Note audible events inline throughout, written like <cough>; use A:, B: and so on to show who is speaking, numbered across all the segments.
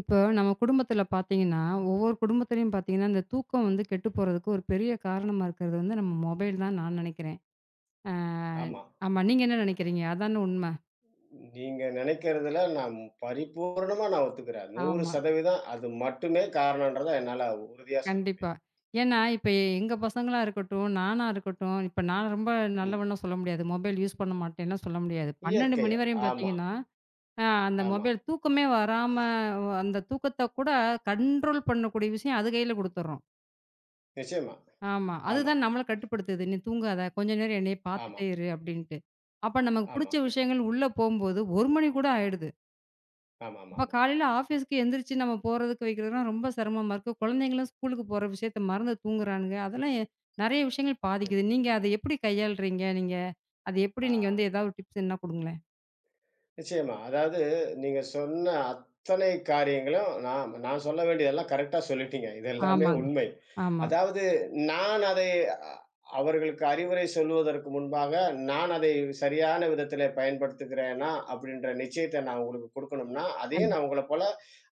A: இப்போ நம்ம குடும்பத்துல பார்த்தீங்கன்னா, ஒவ்வொரு குடும்பத்திலயும் பார்த்தீங்கன்னா, இந்த தூக்கம் வந்து கெட்டு போறதுக்கு ஒரு பெரிய காரணமா இருக்கிறது வந்து நம்ம மொபைல் தான் நான் நினைக்கிறேன். ஆ
B: ஆமா.
A: ஆமா. நீங்க என்ன நினைக்கிறீங்க? அதான உண்ம.
B: நீங்க நினைக்கிறதுல நான் பரிபூரணமா ஒத்துக்கிறேன்.
A: ஆமா.
B: 100% அது மட்டுமே காரணம்ன்றத என்னால உறுதியா சொல்ல
A: கண்டிப்பா.
B: முடியும்.
A: ஏன்னா, இப்ப எங்க பசங்களா இருக்கட்டும், நானா இருக்கட்டும், இப்ப நான் ரொம்ப
B: ம்.
A: நல்லவன்லாம் சொல்ல முடியாது. மொபைல் யூஸ் பண்ண மாட்டேன்லாம் சொல்ல முடியாது. 12
B: இயற்கை.
A: மணி வரையும்
B: ஆமா,
A: பார்த்தீங்கன்னா, அந்த
B: ஆமா.
A: மொபைல் தூக்கமே வராம, அந்த தூக்கத்த கூட கண்ட்ரோல் பண்ணக்கூடிய விஷயம் அது கையில குடுத்துர்றோம்.
B: நிச்சயமா.
A: ஆமா.
B: ஆமா,
A: அதுதான் நம்மள கட்டுப்படுத்துது. "நீ தூங்காத. கொஞ்ச நேரம் என்னைய
B: ஆமா,
A: பார்த்துட்டே இரு" அப்படின்ட்டு. அப்ப நமக்கு
B: ஆமா, ஆமா,
A: புடிச்ச விஷயங்கள் உள்ள போம்போது 1 மணி கூட ஆயிடுது. அப்ப
B: ஆமாமாமா.
A: காலையில ஆஃபீஸ்க்கு எந்திரிச்சு நம்ம போறதுக்கு, வைக்கிறதுலாம் ரொம்ப சிரமமா இருக்கு. குழந்தைங்களும் ஸ்கூலுக்கு போற விஷயத்த மறந்து தூங்குறானுங்க. அதெல்லாம் எ நெறைய விஷயங்கள்
B: அ.
A: பாதிக்குது. நீங்க அத எப்படி கையாள்றீங்க? நீங்க அது எப்படி
B: ஆ.
A: நீங்க வந்து ஏதாவது டிப்ஸ் எதுனா குடுங்களேன்?
B: நிச்சயமா. அதாவது நீங்க சொன்ன அத்தனை காரியங்களும் நான் நான் சொல்ல வேண்டியதெல்லாம் கரெக்ட்டா சொல்லிட்டீங்க. இது எல்லாமே
A: ஆமாங்க.
B: உண்மை.
A: ஆமா.
B: அதாவது நான் அதை அ அவர்களுக்கு அறிவுரை சொல்லுவதற்கு முன்பாக நான் அதை சரியான விதத்திலே பயன்படுத்துகிறேனா, அப்படின்ற நிச்சயத்த நான் உங்களுக்கு குடுக்கணும்னா,
A: கண்
B: அதையும் நான் உங்கள போல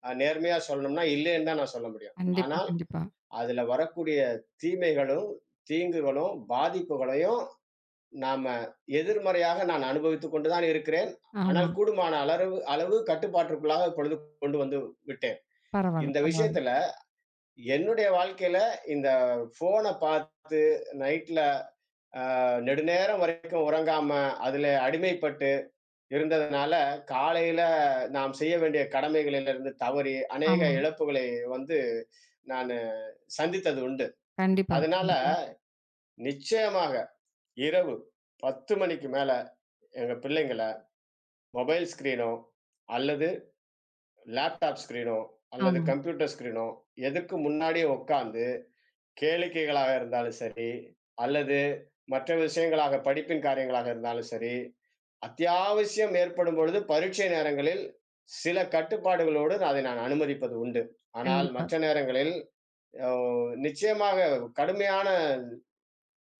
B: நேர்மையா சொல்லணும்னா, இல்லைன்னு தான் நான் சொல்ல முடியும்.
A: கண்டிப்பா,
B: ஆனால்,
A: கண்டிப்பா.
B: அதுல வரக்கூடிய தீமைகளும், தீங்குகளும், பாதிப்புகளையும் நாம எதிர்மறையாக நான் அனுபவித்துக் கொண்டு தான் இருக்கிறேன். ஆனால்
A: ஆமா.
B: கூடுமான அளவு அளவு கட்டுப்பாட்டிற்குள்ளாக இப்பொழுது கொண்டு வந்து விட்டேன்.
A: பரவால்ல,
B: இந்த
A: பரவால்ல.
B: விஷயத்துல என்னுடைய வாழ்க்கையில இந்த ஃபோன பார்த்து நைட்ல அ நெடுநேரம் வரைக்கும் உறங்காம, அதுல அடிமைப்பட்டு இருந்ததுனால, காலையில நாம் செய்ய வேண்டிய கடமைகளிலிருந்து தவறி, அநேக
A: ஆமா.
B: இழப்புகளை வந்து நானு சந்தித்தது உண்டு.
A: கண்டிப்பா,
B: அதனால
A: கண்டிப்பா.
B: நிச்சயமாக இரவு 10 மணிக்கு மேல எங்க பிள்ளைங்கள மொபைல் ஸ்க்ரீனோ, அல்லது லேப்டாப் ஸ்க்ரீனோ, அல்லது
A: ஆமா.
B: கம்ப்யூட்டர் ஸ்க்ரீனோ, எதுக்கு முன்னாடி உட்கார்ந்து கேளிக்கைகளாக இருந்தாலும் சரி, அல்லது மற்ற விஷயங்களாக படிப்பின் காரியங்களாக இருந்தாலும் சரி, அத்தியாவசியம் ஏற்படும் பொழுது பரீட்சை நேரங்களில் சில கட்டுப்பாடுகளோடு அதை நான் அனுமதிப்பது உண்டு. ஆனால்
A: கண்டிப்பா.
B: மற்ற நேரங்களில் அ நிச்சயமாக கடுமையான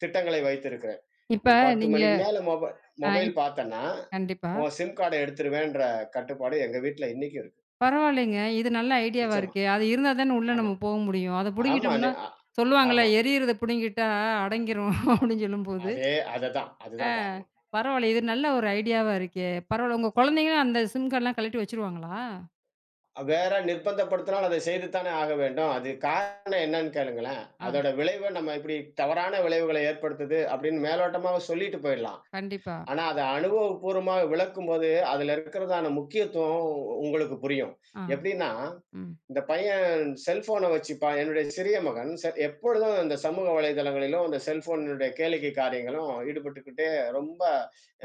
B: திட்டங்களை வைத்திருக்கிறேன். நீ
A: இப்ப
B: 10
A: நீங்க
B: மணிக்கு மேல
A: அ
B: மொபைல்
A: இப்
B: பார்த்தன்னா,
A: கண்டிப்பா.
B: உன் சிம் கார்ட எடுத்துருவேன்ற கட்டுப்பாடு எங்க வீட்ல இன்னைக்கும் இருக்கு.
A: பரவாயில்லைங்க. இது நல்ல ஐடியாவா
B: நிச்சயமா.
A: இருக்கே! அது இருந்தா தானே உள்ள
B: ஆமா.
A: நம்ம போக முடியும். அத
B: ஆமா. நி
A: புடுங்கிட்டோம்னா
B: அ
A: சொல்லுவாங்கல்ல,
B: ஆமா,
A: "எரியறத புடுங்கிட்டா அடங்கிரும்" <laughs>
B: ஆமா.
A: அப்டின்னு சொல்லும்போது,
B: அதே அதுதான்.
A: ஆ
B: அதுதான் காரணம்.
A: பரவாயில்ல. இது நல்ல ஒரு ஐடியாவா இருக்கே! பரவாயில்ல. உங்க குழந்தைங்களும் அந்த சிம் கார்ட்லாம் கழட்டி வச்சுருவாங்களா?
B: வேற நிர்பந்தப்படுத்தினால் அதை செய்து தானே ஆக வேண்டும். அது காரணம் என்னன்னு கேளுங்களேன்.
A: ஆ,
B: அதோட விளைவ நம்ம இப்படி தவறான விளைவுகளை ஏற்படுத்துது அப்படின்னு மேலோட்டமா சொல்லிட்டு போயிடலாம்.
A: கண்டிப்பா.
B: ஆனா, அத அனுபவப்பூர்வமா விளக்கும்போது, அதுல இருக்கிறதான முக்கியத்துவம் உங்களுக்கு புரியும்.
A: ஆ,
B: எப்படின்னா
A: ம்.
B: இந்த பையன் செல்ஃபோன வச்சுப்பா என்னுடைய சிறிய மகன் எப்பொழுதும் இந்த சமூக வலைதளங்களிலும், இந்த செல்ஃபோனுடைய கேளிக்கை காரியங்களும் ஈடுபட்டுக்கிட்டே ரொம்ப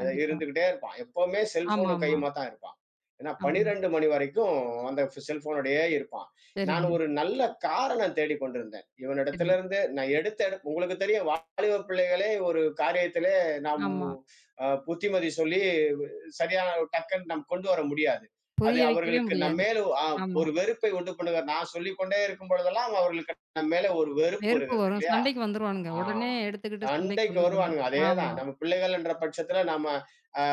B: இருந்துகிட்டே இருப்பான். எப்பவுமே
A: ஆமா,
B: செல்ஃபோனும்
A: ஆமா,
B: கையுமா தான் இருப்பான். ஏன்னா
A: ஆமா.
B: 12 மணி வரைக்கும் அந்த செல்ஃபோனோடயே இருப்பான். நான்
A: சரிங்க,
B: ஒரு நல்ல காரணம் தேடிக் கொண்டிருந்தேன்.
A: சரி.
B: இவனிடத்திலிருந்து நான் எடுத்த உங்களுக்கு தெரியும் வாலிப பிள்ளைகளே ஒரு காரியத்திலே நாம்
A: ஆமா.
B: புத்திமதி சொல்லி சரியான டக்குன்னு நாம் கொண்டு வர முடியாது. அது
A: புரிய வைக்கவே
B: அவர்களுக்கு
A: முடியாது.
B: நம்மேல்
A: ஆமா.
B: ஒரு வெறுப்பை உண்டு பண்ணுகிறார். நான் சொல்லிக் கொண்டே இருக்கும் பொழுதெல்லாம் அவர்களுக்கு நம் மேல ஒரு வெறுப்பு
A: வெறுப்பு
B: வருகிறது
A: வரும்.
B: இல்லையா?
A: சண்டைக்கு வந்துருவானுங்க.
B: ஆ,
A: உடனே எடுத்துக்கிட்டு சண்டைக்கு
B: சண்டைக்கு
A: வந்துருவானுங்க.
B: வருவானுங்க. அதேதான்.
A: ஆமா.
B: நம்ம பிள்ளைகள் என்ற பட்சத்துல நம்ம அ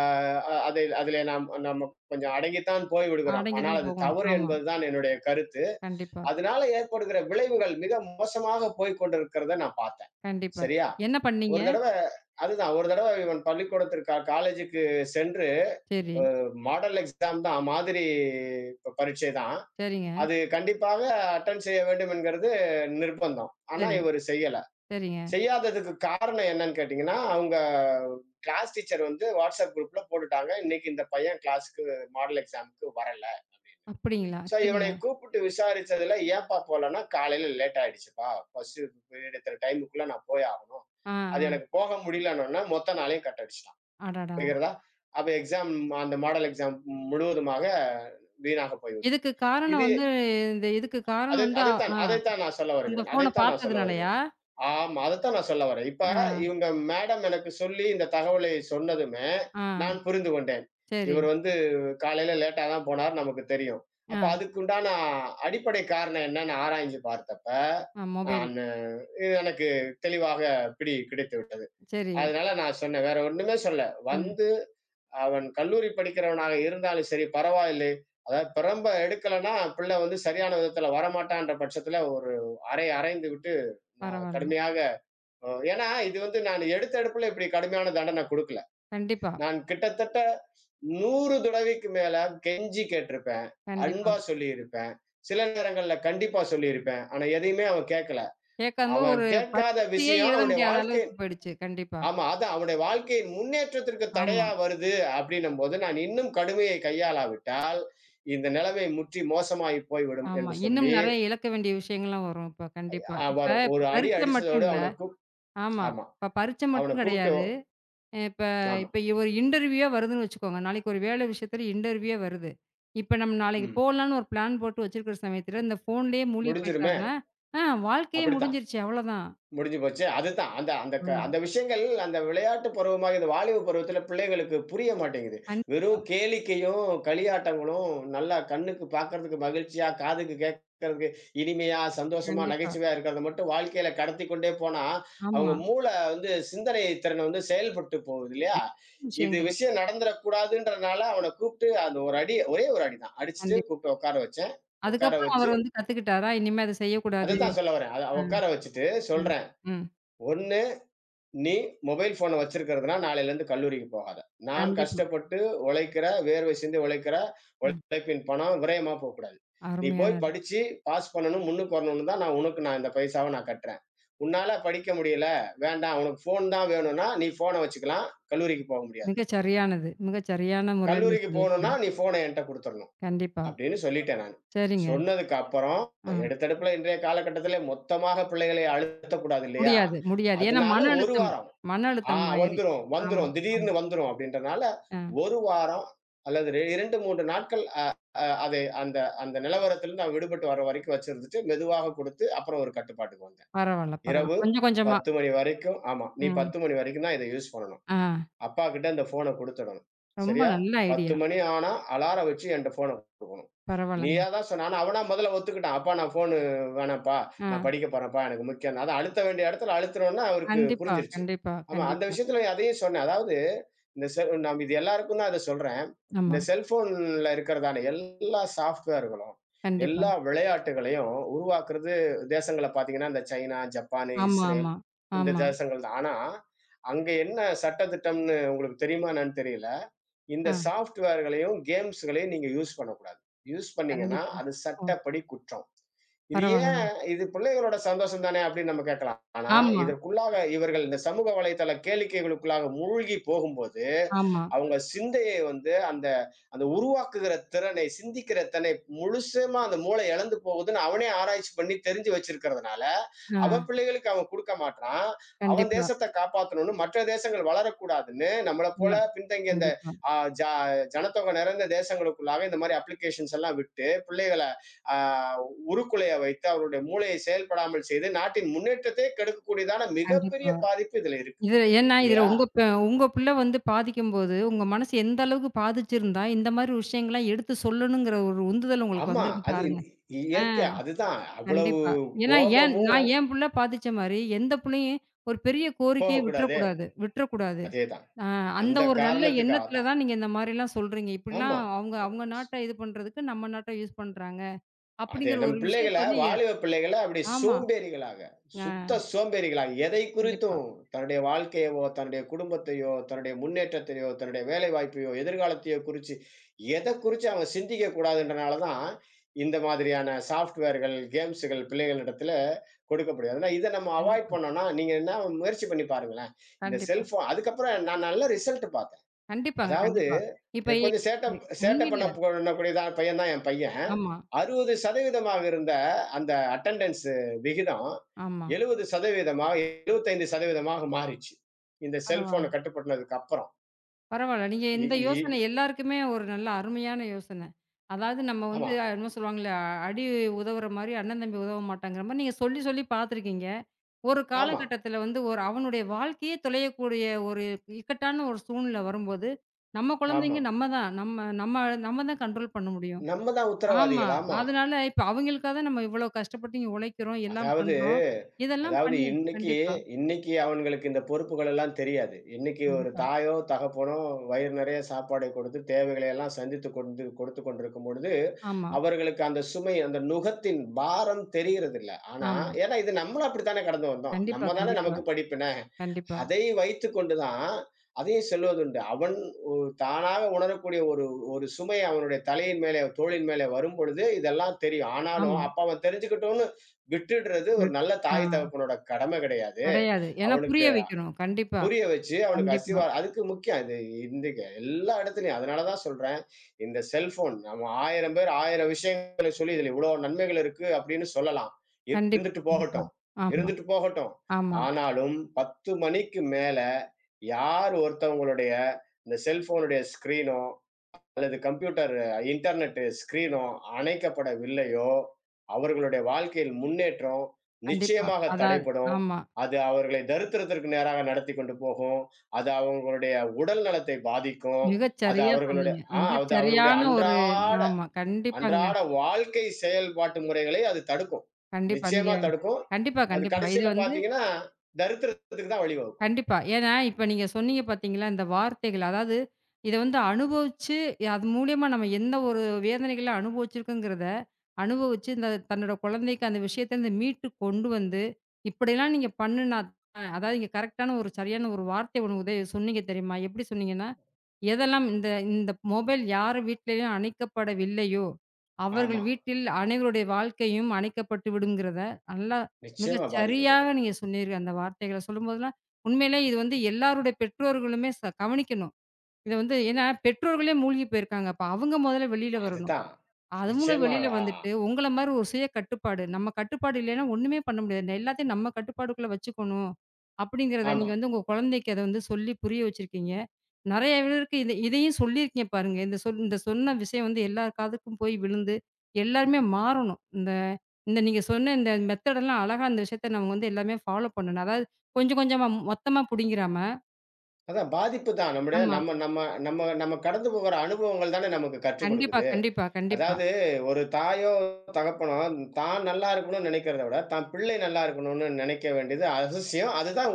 B: அ அதை அதிலே நாம் நம்ம கொஞ்சம் அடங்கித்தான் போய் விடுகிறோம்.
A: அடங்கி
B: ஆனால்
A: தான்
B: அது
A: போகணும்.
B: தவறு
A: ஆமா.
B: என்பதுதான் என்னுடைய கருத்து.
A: கண்டிப்பா.
B: அதனால ஏற்படுகிற விளைவுகள் மிக மோசமாக போய்க் கொண்டிருக்கிறத நான் பார்த்தேன்.
A: கண்டிப்பா.
B: சரியா?
A: என்ன பண்ணீங்க?
B: ஒரு தடவ அதுதான் ஒரு தடவ இவன் பள்ளிக்கூடத்திற்கு காலேஜுக்கு சென்று
A: சரி.
B: அ மாடல் எக்ஸாம் தான் மாதிரி பரீட்சை தான்.
A: சரிங்க.
B: அது கண்டிப்பாக அட்டெண்ட் செய்ய வேண்டும் என்கிறது நிர்பந்தம். ஆனா,
A: சரி.
B: இவரு செய்யல.
A: சரிங்க.
B: செய்யாததுக்கு காரணம் என்னன்னு கேட்டீங்கன்னா, அவங்க கிளாஸ் டீச்சர் வந்து வாட்ஸ்அப் குரூப்ல போட்டுட்டாங்க. இன்னைக்கு இந்த பையன் கிளாஸ்க்கு மாடல் எக்ஸாம்க்கு வரல அப்படின்னு.
A: அப்படிங்களா?
B: ஸோ இவனை
A: சரிங்க.
B: கூப்பிட்டு விசாரிச்சதுல, ஏன்ப்பா போலன்னா, காலையில லேட் ஆயிடுச்சுப்பா. ஃபர்ஸ்ட் பீரியட் இத்தன டைமுக்குள்ள நான் போய் ஆகணும்.
A: ஆ,
B: அது
A: ஆ.
B: எனக்கு போக முடியலன்னோன்ன, மொத்த நாளையும் கட் அடிச்சுட்டான்.
A: அடடா!
B: புரிகிறதா? அப்ப எக்ஸாம் அந்த மாடல் எக்ஸாம் முழுவதுமாக வீணாக போய்விட்டது.
A: இதுக்கு காரணம்
B: இது
A: வந்து இதுக்கு காரணம்
B: அதை
A: வந்து
B: அதைத்தான்
A: ஆ
B: அதைத்தான் நான் சொல்ல
A: அந்த
B: வருகிறேன்.
A: ஃபோன
B: அதைத்தான் நான் சொல்ல வருகிறேன்.
A: பார்த்ததுனாலயா?
B: ஆமா, அதத்தான் நான் சொல்ல வரேன். இப்ப
A: ஆ,
B: இவங்க மேடம் எனக்கு சொல்லி இந்த தகவலை சொன்னதுமே,
A: ஆ.
B: நான் புரிந்து கொண்டேன்.
A: சரி.
B: இவர் வந்து காலையில லேட்டா தான் போனாரு நமக்கு தெரியும்.
A: ஆ,
B: அப்ப அதுக்குண்டான அடிப்படை காரணம் என்னன்னு ஆராய்ஞ்சு பார்த்தப்ப,
A: ஆ மொபைல்.
B: நானு எனக்கு தெளிவாக பிடி கிடைத்து விட்டது.
A: சரி.
B: அதனால நான் சொன்னேன். வேற ஒண்ணுமே சொல்லல.
A: ம்.
B: வந்து அவன் கல்லூரி படிக்கிறவனாக இருந்தாலும் சரி பரவாயில்லை. அதாவது பிரம்ப எடுக்கலன்னா, பிள்ளை வந்து சரியான விதத்துல வரமாட்டான்ற பட்சத்துல ஒரு அறை அறைந்து விட்டு நான்
A: பரவால்ல.
B: கடுமையாக ஏன்னா இது வந்து நான் எடுத்த எடுப்புல இப்படி கடுமையான தண்டனை குடுக்கல.
A: கண்டிப்பா,
B: நான் கிட்டத்தட்ட 100 தடவைக்கு மேல கெஞ்சி கேட்டிருப்பேன்.
A: கண்டிப்பா.
B: அன்பா சொல்லியிருப்பேன். சில நேரங்கள்ல கண்டிப்பா சொல்லியிருப்பேன். ஆனா எதையுமே அவன் கேட்கல.
A: கேட்காம
B: அவன்
A: ஒரு
B: கேட்காத
A: பரீட்சையே
B: விஷயம்
A: எழுத
B: அவனுடைய
A: முடியாத
B: வாழ்க்கை.
A: அளவுக்கு போயிடுச்சு. கண்டிப்பா.
B: ஆமா. அதான் அவனுடைய வாழ்க்கையின் முன்னேற்றத்திற்கு
A: ஆமா,
B: தடையா வருது அப்படின்னும்போது, நான் இன்னும் கடுமையை கையாளாவிட்டால், இந்த நிலைமை முற்றி மோசமாகி போய்விடும்
A: ஆமா.
B: என்று
A: இன்னும்
B: சொல்லி
A: நெறைய இழக்க வேண்டிய விஷயங்கள்லாம் வரும் இப்ப. கண்டிப்பா. இப்ப
B: வரும்.
A: இப்ப
B: ஒரு அடி
A: பரீட்சை மட்டும்
B: அடிச்சதோட
A: இல்ல.
B: அவன கூப்
A: ஆமா.
B: ஆமா.
A: இப்ப பரீட்சை
B: அவன
A: மட்டும்
B: கூப்ட்டு
A: கிடையாது. இப்ப
B: ஆமா.
A: இப்ப ஒரு இன்டர்வியூவே வருதுன்னு வச்சுக்கோங்க. நாளைக்கு ஒரு வேலை விஷயத்துல இன்டர்வியூவே வருது. இப்ப நம்ம நாளைக்கு
B: ம்.
A: போலான்னு ஒரு பிளான் போட்டு வச்சிருக்கிற சமயத்துல, இந்த ஃபோன்லயே மூழ்கி
B: முடிஞ்சிருமே!
A: போயிட்டாருன்னா, ஆ வாழ்க்கையே
B: அப்படித்தான்.
A: முடிஞ்சிருச்சு அவ்வளோதான்.
B: முடிஞ்சு போச்சு. அதுதான். அந்த அந்த க
A: ஆமா.
B: அந்த விஷயங்கள் அந்த விளையாட்டு பருவமாக இந்த வாலிப பருவத்தில பிள்ளைகளுக்கு புரிய மாட்டேங்குது.
A: கண்
B: வெறும் கேளிக்கையும், களியாட்டங்களும் நல்லா கண்ணுக்கு பார்க்கறதுக்கு மகிழ்ச்சியா, காதுக்கு கேட்கறதுக்கு இனிமையா, சந்தோஷமா,
A: கண்டிப்பா.
B: நகைச்சுவையா இருக்கிறத மட்டும் வாழ்க்கையில கடத்திக் கொண்டே போனா,
A: ஆமா.
B: அவங்க மூளை வந்து சிந்தனை திறன் வந்து செயல்பட்டு போகுது இல்லையா? இது
A: விஷயங்கள்.
B: விஷயம் நடந்துறக்கூடாதுன்றனால அவன கூப்பிட்டு அந்த ஒரு அடி ஒரே ஒரு அடி தான். அடிச்சுட்டு
A: கண்டிப்பா.
B: கூப்பிட்டு உட்கார வச்சேன். உட்கார
A: அதுக்கப்புறம்
B: வச்சு
A: அவர் வந்து கத்துக்கிட்டாரா? இனிமே அத செய்யக்கூடாது.
B: அதத்தான் சொல்ல வரேன். அத
A: ஆ.
B: உட்கார வச்சுட்டு
A: ம்.
B: சொல்றேன்.
A: ம்.
B: "ஒண்ணு நீ மொபைல் ஃபோன வச்சிருக்கிறதுனா, நாளையிலருந்து கல்லூரிக்கு போகாத. நான்
A: கண்டிப்பா.
B: கஷ்டப்பட்டு உழைக்கிற, வேர்வை சிந்தி உழைக்கிற
A: ம்.
B: உழைப்பின் பணம் விரயமா போக்கூடாது. நீ போய்
A: அருமையானது.
B: படிச்சு பாஸ் பண்ணணும், முன்னுக்கு வரணும்னு தான் நான் உனக்கு இந்த பைசாவ நான் கட்டுறேன். உன்னால படிக்க முடியல, வேண்டாம் உனக்கு ஃபோன் தான் வேணும்னா, நீ ஃபோன வச்சுக்கலாம். கல்லூரிக்கு போக முடியாது.
A: மிகச் சரியானது. மிகச் சரியான முறையில நீங்க
B: கல்லூரிக்கு போகணும்னா,
A: சொல்லியிருக்கீங்க.
B: நீ ஃபோன என்ட்ட குடுத்துறணும்.
A: கண்டிப்பா.
B: அப்படின்னு சொல்லிட்டேன் நானு.
A: சரிங்க.
B: சொன்னதுக்கு அப்புறம்
A: ஆ.
B: எடுத்தடுப்புல இன்றைய காலகட்டத்திலே மொத்தமாக பிள்ளைகளை அழுத்தக்கூடாது இல்லையா?
A: முடியாது, முடியாது. ஏன்னா
B: அதனால
A: மன
B: 1
A: அழுத்தம்
B: வாரம்
A: மன
B: ஆ
A: அழுத்தம் ஆயிரு
B: வந்துரும்,
A: ஆமா,
B: வந்துரும்.
A: ஆமா.
B: திடீர்னு வந்துரும் அப்படின்றனால,
A: ஆ
B: 1 வாரம் அல்லது 2, 3 நாட்கள் அதை அந்த அந்த நிலவரத்திலிருந்து நான் விடுபட்டு வர வரைக்கும் வச்சிருந்துட்டு, மெதுவாக குடுத்து, அப்புறம் ஒரு கட்டுப்பாட்டுக்கு வந்தேன்.
A: பரவால்ல, பரவால்ல.
B: இரவு
A: கொஞ்சம் கொஞ்சமா.
B: 10 மணி வரைக்கும். ஆமா. நீ
A: ம்.
B: 10 மணி வரைக்கும் தான் இத யூஸ் பண்ணணும்.
A: ஆ
B: அப்பாகிட்ட அந்த ஃபோன குடுத்துடணும்.
A: ரொம்ப
B: சரியா?
A: நல்ல
B: 10
A: ஐடியா.
B: மணி ஆனா அலாரம் வச்சு என்ட்ட ஃபோன குடுக்கணும்.
A: பரவால்லங்க.
B: நீயா தான் சொன்ன. ஆனா அவனா முதல்ல ஒத்துக்கிட்டான். "அப்பா நான் ஃபோனு வேணாம்ப்பா.
A: ஆ
B: நான் படிக்க போறேன்ப்பா. எனக்கு முக்கியம்." அதான் அழுத்த வேண்டிய இடத்துல அழுத்துனோன்ன அவருக்கு
A: கண்டிப்பா,
B: புரிஞ்சிருச்சு.
A: கண்டிப்பா,
B: ஆமா, அந்த
A: கண்டிப்பா.
B: விஷயத்துல அதையும் சொன்னேன். அதாவது இந்த செல் நாம் இது எல்லாருக்கும் தான் இத சொல்றேன்.
A: ஆமா.
B: இந்த செல்ஃபோன்ல இருக்கிறதான எல்லா சாஃப்ட்வேர்களும்,
A: கண்டிப்பா.
B: எல்லா விளையாட்டுகளையும் உருவாக்குறது தேசங்கள பார்த்தீங்கன்னா, இந்த சைனா, ஜப்பானு,
A: ஆமா,
B: இஸ்ரேல்
A: ஆமா,
B: இந்த
A: ஆமா.
B: தேசங்கள் தான். ஆனா, அங்க என்ன சட்டதிட்டம்னு உங்களுக்கு தெரியுமா என்னன்னு தெரியல. இந்த
A: ஆ
B: சாஃப்ட்வேர்களையும், கேம்ஸ்களையும் நீங்க யூஸ் பண்ணக்கூடாது. யூஸ் பண்ணீங்கன்னா,
A: கண்டிப்பா.
B: அது
A: ஓ!
B: சட்டப்படி குற்றம். இது
A: பரவால்லங்க.
B: ஏன் இது பிள்ளைகளோட சந்தோஷம் தானே அப்படின்னு நம்ம கேட்கலாம். ஆனா
A: ஆமா,
B: இதற்குள்ளாக இவர்கள் இந்த சமூக வலைதள கேளிக்கைகளுக்குள்ளாக மூழ்கி போகும்போது
A: ஆமா.
B: அவங்க சிந்தையை வந்து அந்த அந்த உருவாக்குகிற திறனை சிந்திக்கிற திறனை முழுசுமா அந்த மூளை இழந்து போகுதுன்னு அவனே ஆராய்ச்சி பண்ணி தெரிஞ்சு வச்சிருக்கிறதுனால
A: ஆ
B: அவன் பிள்ளைகளுக்கு அவன் கொடுக்க மாட்டான். அவன்
A: கண்டிப்பா.
B: தேசத்தை காப்பாத்தணும்னு மற்ற தேசங்கள் வளரக்கூடாதுன்னு நம்மளை போல
A: இல்ல.
B: பின்தங்கிய இந்த
A: கண்டிப்பா,
B: ஜனத்தொகை நிறைந்த தேசங்களுக்குள்ளாக இந்த மாதிரி அப்ளிகேஷன்ஸ் எல்லாம் விட்டு பிள்ளைகளை ஆஹ், உருக்குலைய வைத்து அவருடைய மூளையை செயல்படாமல் செய்து நாட்டின் முன்னேற்றத்தை கெடுக்கக்கூடியதான மிகப்பெரிய
A: கண்டிப்பா.
B: பாதிப்பு இதுல இருக்கு
A: இதுல ஏன்னா, இதுல
B: இல்லையா?
A: உங்க ப உங்க பிள்ளை வந்து பாதிக்கும்போது, உங்க மனசு எந்த அளவுக்கு பாதிச்சிருந்தா, இந்த மாரி விஷயங்கள்லாம் எடுத்து சொல்லணுங்கிற ஒரு உந்துதல் உங்களுக்கு
B: ஆமா.
A: வந்திருக்கு பாருங்க. ஆ
B: இயற்கை. அதுதான். அவ்வளவு
A: கண்டிப்பா. ஏன்னா, ஏன்
B: கோபமும்
A: நான் என் புள்ள பாதிச்ச மாரி, எந்த புள்ளையும் ஒரு பெரிய கோரிக்கைய
B: போகக்கூடாதே!
A: விட்றக்கூடாது விட்றக்கூடாது.
B: அதேதான்.
A: ஆ அந்த
B: அந்த
A: ஒரு நல்ல
B: காரணத்துக்காக
A: எண்ணத்துல
B: தான்.
A: தான் நீங்க இந்த மாரிலாம் சொல்றீங்க. இப்படிலாம்
B: ஆமா.
A: அவங்க அவங்க
B: ஸ்
A: நாட்ட இது பண்றதுக்கு நம்ம நாட்ட யூஸ் பண்றாங்க.
B: அதே
A: அப்படிங்கிற
B: நம்
A: ஒரு
B: பிள்ளைகள
A: விஷயத்த வந்து எ
B: வாலிப பிள்ளைகள அப்படி
A: ஆமா.
B: சோம்பேறிகளாக,
A: ஆ
B: சுத்த சோம்பேறிகளாக, எதை
A: கண்டிப்பா,
B: குறித்தும் தன்னுடைய வாழ்க்கையவோ, தன்னுடைய குடும்பத்தையோ, தன்னுடைய முன்னேற்றத்தையோ, தன்னுடைய வேலை வாய்ப்பையோ, எதிர்காலத்தையோ குறிச்சு, எத குறிச்சு அவன் சிந்திக்க கூடாதுன்றனால தான், இந்த மாதிரியான சாஃப்ட்வேர்கள், கேம்ஸுகள் பிள்ளைகளிடத்தில கொடுக்கப்படும். அதனால இத நம்ம அவாய்ட்
A: கண்டிப்பா,
B: பண்ணோம்னா, நீங்க என்ன முயற்சி பண்ணி பாருங்களேன். இந்த
A: கண்டிப்பா.
B: செல்ஃபோன் அதுக்கப்புறம் நான் நல்ல ரிசல்ட் பார்த்தேன்.
A: கண்டிப்பாங்க,
B: அதாவது
A: கண்டிப்பா. இப்ப எ
B: கொஞ்சம் சேட்ட
A: எ
B: சேட்ட
A: உண்மையில
B: பண்ணக்கூடியதான பையன் தான் என் பையன்.
A: ஆமா,
B: 60% இருந்த அந்த அட்டெண்டன்ஸ் விகிதம்
A: ஆமா.
B: 70%, 75% மாறிச்சு. இந்த
A: பரவால்ல.
B: செல்ஃபோன கட்டுப்படுத்தினதுக்கு அப்புறம்.
A: பரவால்ல. நீங்க
B: இ
A: இந்த
B: இ
A: யோசனை எல்லாருக்குமே ஒரு நல்ல அருமையான யோசனை. அதாவது நம்ம
B: ஆமா,
A: வந்து என்னமோ சொல்லுவாங்கல்ல, அடி உதவுற மாரி அண்ணன் தம்பி உதவ மாட்டாங்கிற மாரி நீங்க சொல்லி சொல்லி பார்த்துருக்கீங்க. ஒரு
B: ஆமா,
A: காலகட்டத்தில வந்து ஒரு அவனுடைய வாழ்க்கையே தொலையக்கூடிய ஒரு இக்கட்டான ஒரு சூழ்நிலை வரும்போது, நம்ம
B: ஆமா.
A: குழந்தைங்க நம்ம தான். நம்ம நம்ம நம்ம தான் கண்ட்ரோல் பண்ண முடியும்.
B: நம்ம தான்
A: ஆமா.
B: உத்தரவாதிகள். ஆமா.
A: அதனால இப்ப அவங்களுக்காக தான் நம்ம இவ்வளோ கஷ்டப்பட்டு இங்க உழைக்கிறோம், எல்லாம்
B: அதாவது
A: பண்றோம். இதெல்லாம்
B: அதாவது
A: பண்ணி
B: இன்னைக்கு
A: கண்டிப்பா,
B: இன்னைக்கு அவங்களுக்கு இந்த பொறுப்புகள் எல்லாம் தெரியாது. இன்னைக்கு ஒரு
A: கண்டிப்பா.
B: தாயோ, தகப்பனோ வயிறு நிறைய சாப்பாடை கொடுத்து தேவைகளை எல்லாம் சந்தித்து கொண்டு கொடுத்துக் கொண்டிருக்கும் பொழுது,
A: ஆமா,
B: அவர்களுக்கு அந்த சுமை, அந்த நுகத்தின் பாரம் தெரிகிறதில்ல. ஆனா
A: ஆமா.
B: ஏன்னா இது நம்மளும் அப்படித்தானே கடந்து வந்தோம்.
A: கண்டிப்பா,
B: நம்ம தானே
A: கண்டிப்பா,
B: நமக்கு படிப்பின.
A: கண்டிப்பா.
B: அதை வைத்துக்கொண்டு தான் அதையும் சொல்வதுண்டு. அவன் ஒ தானாக உணரக்கூடிய ஒரு ஒரு சுமை அவனுடைய தலையின் மேலே, தோளின் மேலே வரும்பொழுது இதெல்லாம் தெரியும். ஆனாலும்,
A: ஆமா.
B: அப்ப அவன் தெரிஞ்சுக்கட்டும்னு விட்டுடுறது ஒரு
A: எட்
B: நல்ல
A: ஆ
B: தாய் தகப்பனோட கடமை கிடையாது.
A: கிடையாது. ஏன்னா
B: அவனுக்கு
A: புரிய வைக்கணும். கண்டிப்பா,
B: புரிய வச்சு அவனுக்கு
A: கண்டிப்பா,
B: அசிவா அதுக்கு முக்கியம் அது இந்துக்கு எல்லா இடத்துலயும். அதனால தான் சொல்றேன், இந்த செல்ஃபோன் நம்ம 1000 பேர் 1000 விஷயங்கள சொல்லி இதில இவ்ளோ நன்மைகள் இருக்கு அப்படின்னு சொல்லலாம். இருந்துட்டு
A: கண்டிப்பா.
B: போகட்டும்,
A: ஆமா,
B: இருந்துட்டு போகட்டும்.
A: ஆமா.
B: ஆனாலும் 10 மணிக்கு மேல யார் ஒருத்தவங்களுடைய இந்த செல்ஃபோனுடைய ஸ்க்ரீனோ அல்லது கம்ப்யூட்டர் இன்டர்நெட் ஸ்க்ரீனோ அணைக்கப்படவில்லையோ, அவர்களுடைய வாழ்க்கையில் முன்னேற்றம்
A: கண்டிப்பா.
B: நிச்சயமாக
A: அதாவது
B: தடைப்படும்.
A: ஆமா.
B: அது அவர்களை தரித்திரத்திற்கு நேராக நடத்திக் கொண்டு போகும். அது அவங்களுடைய உடல் நலத்தை பாதிக்கும். அது
A: மிகச்சரியா
B: அவர்களுடைய
A: சொன்னீங்க. மிகச்சரியான ஒரு
B: அன்றாட
A: ஆமா. கண்டிப்பாங்க.
B: அன்றாட வாழ்க்கை செயல்பாட்டு முறைகளை அது தடுக்கும்.
A: கண்டிப்பா.
B: நிச்சயமா
A: நீங்க
B: தடுக்கும்.
A: கண்டிப்பா,
B: அது
A: கண்டிப்பா. இது
B: கடைசியில
A: வந்து
B: பார்த்தீங்கன்னா, தரித்திரத்துக்கு தான் வழிவகுக்கும்.
A: கண்டிப்பா. ஏன்னா, இப்ப நீங்க சொன்னீங்க பார்த்தீங்களா, இந்த வார்த்தைகள். அதாவது இத வந்து அனுபவிச்சு, அது மூலியமா நம்ம எந்த ஒரு வேதனைகள அனுபவிச்சிருக்கோங்கிறத, அனுபவிச்சு இந்த தன்னோட குழந்தைக்கு அந்த விஷயத்துலருந்து மீட்டு கொண்டு வந்து, இப்படிலாம் நீங்க பண்ணுனா தான் அதாவது நீங்க கரெக்ட்டான ஒரு சரியான ஒரு வார்த்தை ஒண்ணு உதவி சொன்னீங்க தெரியுமா? எப்படி சொன்னீங்கன்னா, எதெல்லாம் இந்த இந்த மொபைல் யார் வீட்லயும் அணைக்கப்படவில்லையோ,
B: ஆமா.
A: அவர்கள் வீட்டில் அனைவருடைய வாழ்க்கையும் அணைக்கப்பட்டு விடுங்கிறத, நல்லா மிக
B: நிச்சயமா
A: சரியாக
B: பாதிக்கப்பட்டுரும்.
A: நீங்க சொன்னீர்கள் அந்த வார்த்தைகள. சொல்லும்போதெல்லாம் உண்மையிலே இது வந்து எல்லாருடைய பெற்றோர்களுமே கவனிக்கணும். இத வந்து ஏன்னா பெற்றோர்களே மூழ்கி போயிருக்காங்க. அப்ப அவங்க முதல்ல வெளியில வரணும்.
B: அதுதான்.
A: அவங்க
B: நிச்சயமா.
A: வெளியில
B: ஆ.
A: வந்துட்டு, உங்கள மாரி ஒரு சுய கட்டுப்பாடு. நம்ம கட்டுப்பாடு இல்லைன்னா ஒண்ணுமே பண்ண முடியாது. எல்லாத்தையும் நம்ம கட்டுப்பாட்டுக்குள்ள வச்சுக்கணும். அப்படிங்கிறத
B: ஆமா.
A: நீங்க வந்து உங்க குழந்தைக்கு அத வந்து சொல்லி புரிய வச்சிருக்கீங்க. நெறைய பேருக்கு இதையும் சொல்லியிருக்கீங்க பாருங்க. இந்த சொன்ன விஷயம் வந்து எல்லார் காதுக்கும் போய் விழுந்து, எல்லாருமே மாறணும். இந்த இந்த நீங்க சொன்ன இந்த மெத்தடெல்லாம் அழகா இந்த விஷயத்த நம்ம வந்து எல்லாமே ஃபாலோ பண்ணணும். அதாவது கொஞ்சம் கொஞ்சமா மொத்தமா புடிங்கிறாம
B: அதான் பாதிப்பு தான். நம்முடைய
A: ஆமா.
B: நம்ம நம்ம நம்ம நம்ம கடந்து போகிற அனுபவங்கள் தானே நமக்கு கற்றுக்
A: கண்டிப்பா,
B: கொடுக்குது.
A: கண்டிப்பா, கண்டிப்பா.
B: அதாவது ஒரு தாயோ, தகப்பனோ தான் நல்லா இருக்கணும்னு நினைக்கிறத விட, தான் பிள்ளை நல்லா இருக்கணும்னு நினைக்க வேண்டியது அவசியம். அதுதான்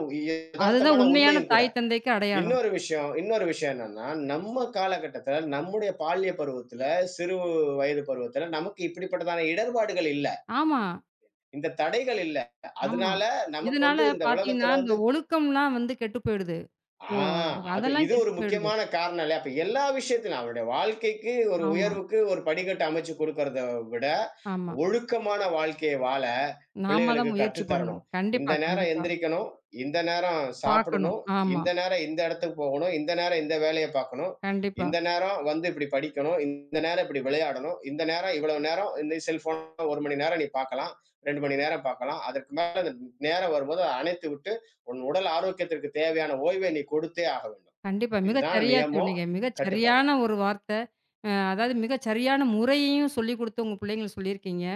A: அதுதான்
B: எதார்த்தமான
A: உண்மையான
B: உண்மையும் கூட.
A: தாய், தந்தைக்கு அடையாளம்.
B: இன்னொரு விஷயம் என்னன்னா, நம்ம காலகட்டத்தில நம்முடைய பால்ய பருவத்தில, சிறு வயது பருவத்தில நமக்கு இப்படிப்பட்டதான இடர்பாடுகள் இல்ல.
A: ஆமா.
B: இந்த தடைகள் இல்ல.
A: ஆமா.
B: அதனால நமக்கு
A: இதனால
B: வந்து இந்த
A: பார்த்தீங்கன்னா,
B: உலகத்தில
A: இந்த ஒழுக்கம்லாம் வந்து கெட்டு போயிடுது. ஓ!
B: ஆ அது
A: அதெல்லாம்
B: இது ஒரு
A: கெட்டு போயிடுது.
B: முக்கியமான காரணம் இல்லையா? அப்ப எல்லா விஷயத்திலும் அவருடைய வாழ்க்கைக்கு ஒரு
A: ஆமா,
B: உயர்வுக்கு ஒரு படிக்கட்டு அமைச்சு குடுக்கிறத விட,
A: ஆமா.
B: ஒழுக்கமான வாழ்க்கைய வாழ
A: நாம தான்
B: பிள்ளைகளுக்கு
A: முயற்சி
B: கற்றுத்தரணும்.
A: பண்ணணும்.
B: இந்த
A: கண்டிப்பா,
B: நேரம்
A: கண்டிப்பா.
B: எந்திரிக்கணும், இந்த நேரம்
A: பார்க்கணும்.
B: சாப்பிடணும்,
A: ஆமா,
B: இந்த நேரம் இந்த இடத்துக்கு போகணும், இந்த நேரம் இந்த வேலைய பார்க்கணும்,
A: கண்டிப்பா.
B: இந்த நேரம் வந்து இப்படி படிக்கணும், இந்த நேரம் இப்படி விளையாடணும், இந்த நேரம் இவ்வளவு நேரம் இந்த செல்ஃபோன் 1 மணி நேரம் நீ பார்க்கலாம், 2 மணி நேரம் பார்க்கலாம். அதற்கு மேல அந்த நேரம் வரும்போது அத அணைத்துவிட்டு, உன் உடல் ஆரோக்கியத்திற்கு தேவையான ஓய்வை நீ கொடுத்தே ஆக வேண்டும்.
A: கண்டிப்பா. மிகச்
B: இதுதான்
A: சரியா
B: நியமம்,
A: சொன்னீங்க. மிகச்
B: கட்டுப்பாடு.
A: சரியான ஒரு வார்த்த. அதாவது மிகச் சரியான முறையையும் சொல்லிக் குடுத்து உங்க பிள்ளைங்களுக்கு சொல்லியிருக்கீங்க.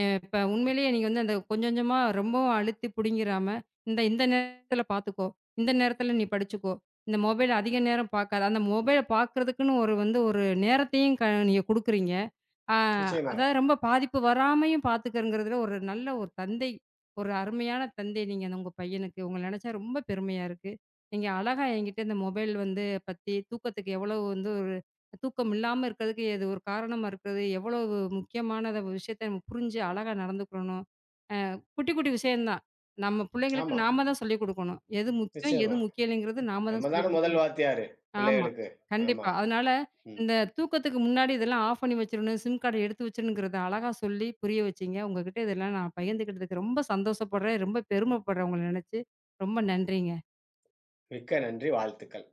A: இப்ப உண்மையிலேயே நீங்க வந்து அந்த கொஞ்சம் கொஞ்சமா ரொம்பவும் அழுத்தி புடுங்கிறாம, இந்த இந்த நேரத்துல பாத்துக்கோ. இந்த நேரத்துல நீ படிச்சுக்கோ. இந்த மொபைல் அதிக நேரம் பாக்காத. அந்த மொபைல பாக்குறதுக்குன்னு ஒரு வந்து ஒரு நேரத்தையும் நீங்க குடுக்குறீங்க. ஆ,
B: நிச்சயமா.
A: அதாவது ரொம்ப பாதிப்பு வராமையும் பார்த்துக்கிறங்கிறதுல ஒரு நல்ல ஒரு தந்தை, ஒரு அருமையான தந்தை நீங்க அந்த உங்க பையனுக்கு. உங்கள நெனச்சா ரொம்ப பெருமையா இருக்கு. நீங்க அழகா என்கிட்ட இந்த மொபைல் வந்து பத்தி தூக்கத்துக்கு எவ்வளவு வந்து ஒரு தூக்கம் இல்லாம இருக்கிறதுக்கு எது ஒரு காரணமா இருக்குது, எவ்வளவு முக்கியமானத விஷயத்த நம்ம புரிஞ்சு அழகா நடந்துக்கிறணும். குட்டி, குட்டி விஷயம் தான். நம்ம
B: ஆமா,
A: பிள்ளைங்களுக்கு நாம தான் சொல்லிக் குடுக்கணும். எது முக்கியம்,
B: நிச்சயமா.
A: எது முக்கியம் இல்லைங்கிறது நாம தான்
B: நம்ம
A: சொல்லிக்
B: தான முதல்
A: குடுக்கணும்.
B: வாத்தியாரு
A: ஆமா.
B: பிள்ளைகளுக்கு. ஆமா.
A: கண்டிப்பா. அதனால
B: ம்.
A: இந்த தூக்கத்துக்கு முன்னாடி இதெல்லாம் ஆஃப் பண்ணி வச்சுரணும். சிம் கார்ட எடுத்து வச்சுருணுங்கிறத அழகா சொல்லி புரிய வச்சீங்க. உங்ககிட்ட இதெல்லாம் நான் பகிர்ந்துக்கிட்டதுக்கு ரொம்ப சந்தோஷப்படுறேன். ரொம்ப பெருமைப்படுறேன் உங்கள நெனச்சு. ரொம்ப நன்றிங்க.
B: மிக்க நன்றி. வாழ்த்துக்கள்.